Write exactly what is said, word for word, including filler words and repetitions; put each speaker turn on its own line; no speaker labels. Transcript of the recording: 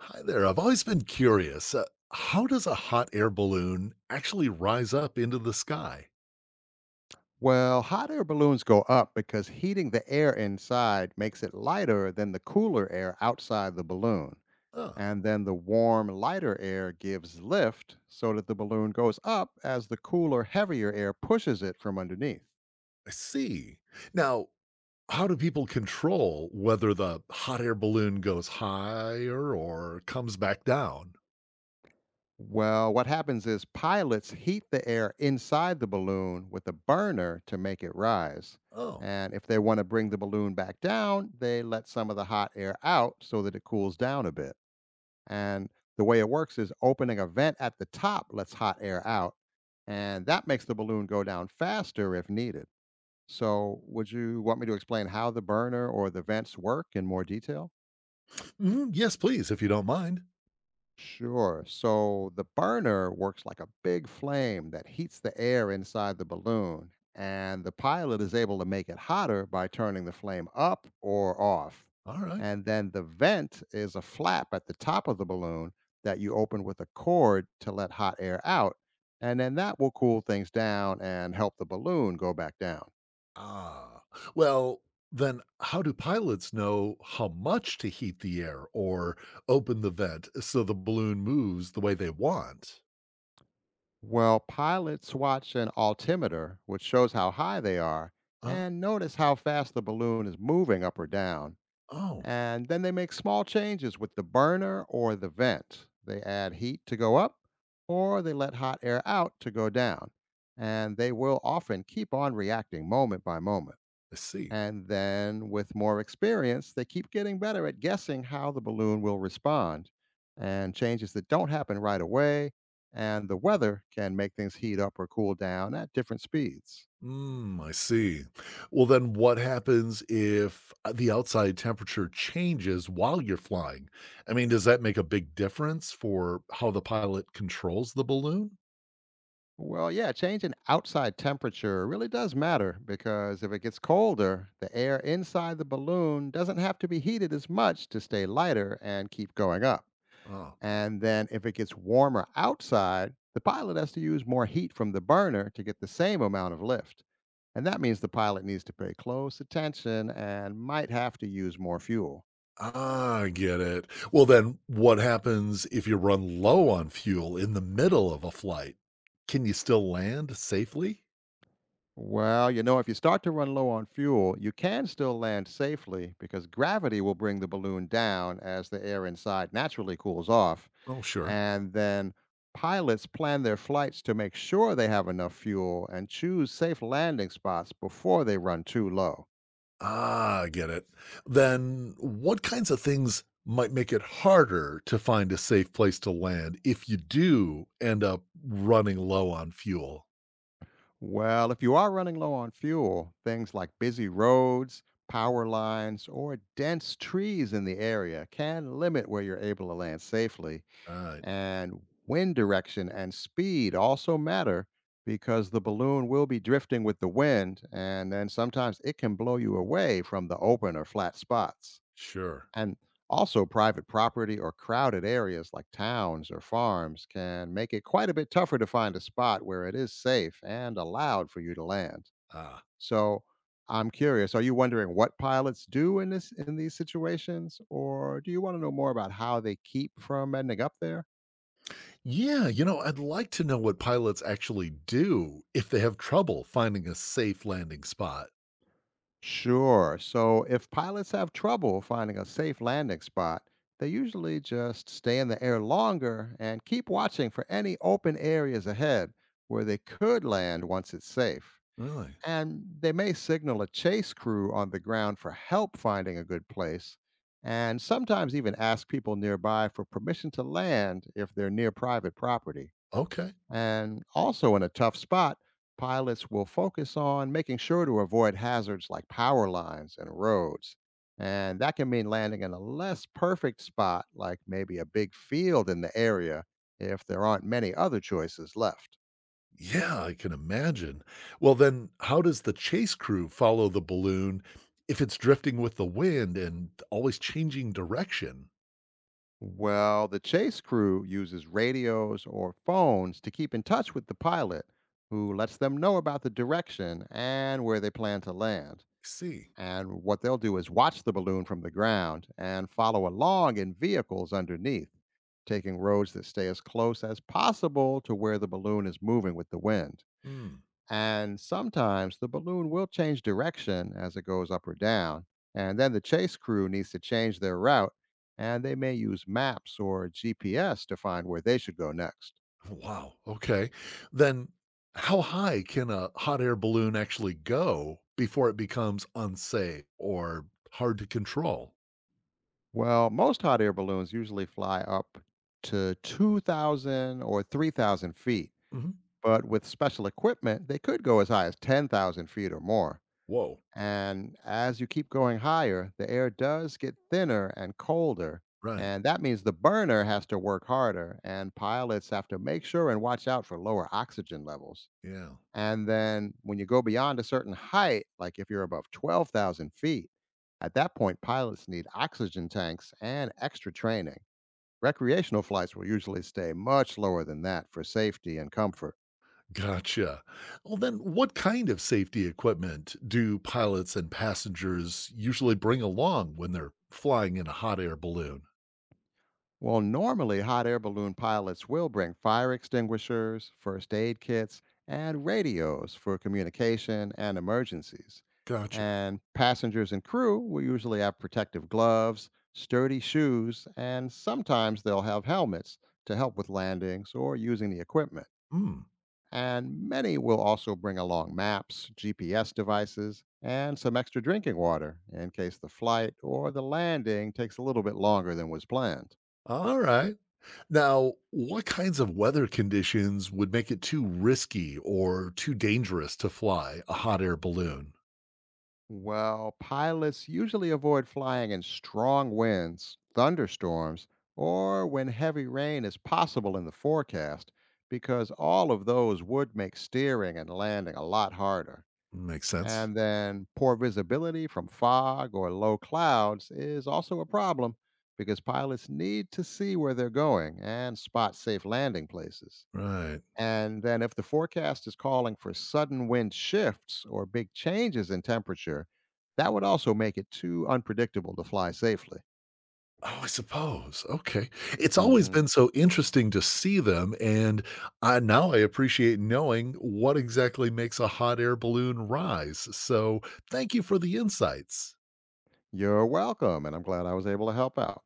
Hi there. I've always been curious. Uh, how does a hot air balloon actually rise up into the sky?
Well, hot air balloons go up because heating the air inside makes it lighter than the cooler air outside the balloon.
Oh,
And then the warm, lighter air gives lift so that the balloon goes up as the cooler, heavier air pushes it from underneath.
I see. Now, how do people control whether the hot air balloon goes higher or comes back down?
Well, what happens is pilots heat the air inside the balloon with a burner to make it rise.
Oh,
And if they want to bring the balloon back down, they let some of the hot air out so that it cools down a bit. And the way it works is opening a vent at the top lets hot air out, and that makes the balloon go down faster if needed. So, would you want me to explain how the burner or the vents work in more detail?
mhm, yes, please, if you don't mind.
Sure. So the burner works like a big flame that heats the air inside the balloon, and the pilot is able to make it hotter by turning the flame up or off.
All right.
And then the vent is a flap at the top of the balloon that you open with a cord to let hot air out. And then that will cool things down and help the balloon go back down.
Ah, well, then how do pilots know how much to heat the air or open the vent so the balloon moves the way they want?
Well, pilots watch an altimeter, which shows how high they are,
Uh,
and notice how fast the balloon is moving up or down.
oh,
And then they make small changes with the burner or the vent. They add heat to go up or they let hot air out to go down. And they will often keep on reacting moment by moment.
I see.
And then with more experience, they keep getting better at guessing how the balloon will respond. And changes that don't happen right away and the weather can make things heat up or cool down at different speeds.
Mm, I see. Well, then what happens if uh, the outside temperature changes while you're flying? I mean, does that make a big difference for how the pilot controls the balloon?
Well, yeah, change in outside temperature really does matter because if it gets colder, the air inside the balloon doesn't have to be heated as much to stay lighter and keep going up.
Oh,
And then if it gets warmer outside, the pilot has to use more heat from the burner to get the same amount of lift. And that means the pilot needs to pay close attention and might have to use more fuel.
I get it. Well, then what happens if you run low on fuel in the middle of a flight? Can you still land safely?
Well, you know, if you start to run low on fuel, you can still land safely because gravity will bring the balloon down as the air inside naturally cools off.
Oh, sure.
And then pilots plan their flights to make sure they have enough fuel and choose safe landing spots before they run too low.
Ah, I get it. Then what kinds of things might make it harder to find a safe place to land if you do end up running low on fuel?
Well, if you are running low on fuel, things like busy roads, power lines, or dense trees in the area can limit where you're able to land safely.
Right.
And wind direction and speed also matter because the balloon will be drifting with the wind, and then sometimes it can blow you away from the open or flat spots.
Sure.
And also, private property or crowded areas like towns or farms can make it quite a bit tougher to find a spot where it is safe and allowed for you to land.
Ah.
So, I'm curious, are you wondering what pilots do in this in these situations, or do you want to know more about how they keep from ending up there?
Yeah, you know, I'd like to know what pilots actually do if they have trouble finding a safe landing spot.
Sure. So if pilots have trouble finding a safe landing spot, they usually just stay in the air longer and keep watching for any open areas ahead where they could land once it's safe.
Really?
And they may signal a chase crew on the ground for help finding a good place, and sometimes even ask people nearby for permission to land if they're near private property.
Okay.
And also, in a tough spot, pilots will focus on making sure to avoid hazards like power lines and roads. And that can mean landing in a less perfect spot, like maybe a big field in the area, if there aren't many other choices left.
Yeah, I can imagine. Well, then how does the chase crew follow the balloon if it's drifting with the wind and always changing direction?
Well, the chase crew uses radios or phones to keep in touch with the pilot, who lets them know about the direction and where they plan to land.
See.
And what they'll do is watch the balloon from the ground and follow along in vehicles underneath, taking roads that stay as close as possible to where the balloon is moving with the wind.
Mm.
And sometimes the balloon will change direction as it goes up or down. And then the chase crew needs to change their route, and they may use maps or G P S to find where they should go next.
Wow. Okay. Then how high can a hot air balloon actually go before it becomes unsafe or hard to control?
Well, most hot air balloons usually fly up to two thousand or three thousand feet.
Hmm.
But with special equipment, they could go as high as ten thousand feet or more.
Whoa.
And as you keep going higher, the air does get thinner and colder.
Right.
And that means the burner has to work harder, and pilots have to make sure and watch out for lower oxygen levels.
Yeah.
And then when you go beyond a certain height, like if you're above twelve thousand feet, at that point, pilots need oxygen tanks and extra training. Recreational flights will usually stay much lower than that for safety and comfort.
Gotcha. Well, then, what kind of safety equipment do pilots and passengers usually bring along when they're flying in a hot air balloon?
Well, normally hot air balloon pilots will bring fire extinguishers, first aid kits, and radios for communication and emergencies.
Gotcha.
And passengers and crew will usually have protective gloves, sturdy shoes, and sometimes they'll have helmets to help with landings or using the equipment.
Hmm.
And many will also bring along maps, G P S devices, and some extra drinking water in case the flight or the landing takes a little bit longer than was planned.
All right. Now, what kinds of weather conditions would make it too risky or too dangerous to fly a hot air balloon?
Well, pilots usually avoid flying in strong winds, thunderstorms, or when heavy rain is possible in the forecast, because all of those would make steering and landing a lot harder.
Makes sense.
And then poor visibility from fog or low clouds is also a problem because pilots need to see where they're going and spot safe landing places.
Right.
And then if the forecast is calling for sudden wind shifts or big changes in temperature, that would also make it too unpredictable to fly safely.
Oh, I suppose. Okay. It's always
Hmm.
been so interesting to see them. And I, now I appreciate knowing what exactly makes a hot air balloon rise. So thank you for the insights.
You're welcome, and I'm glad I was able to help out.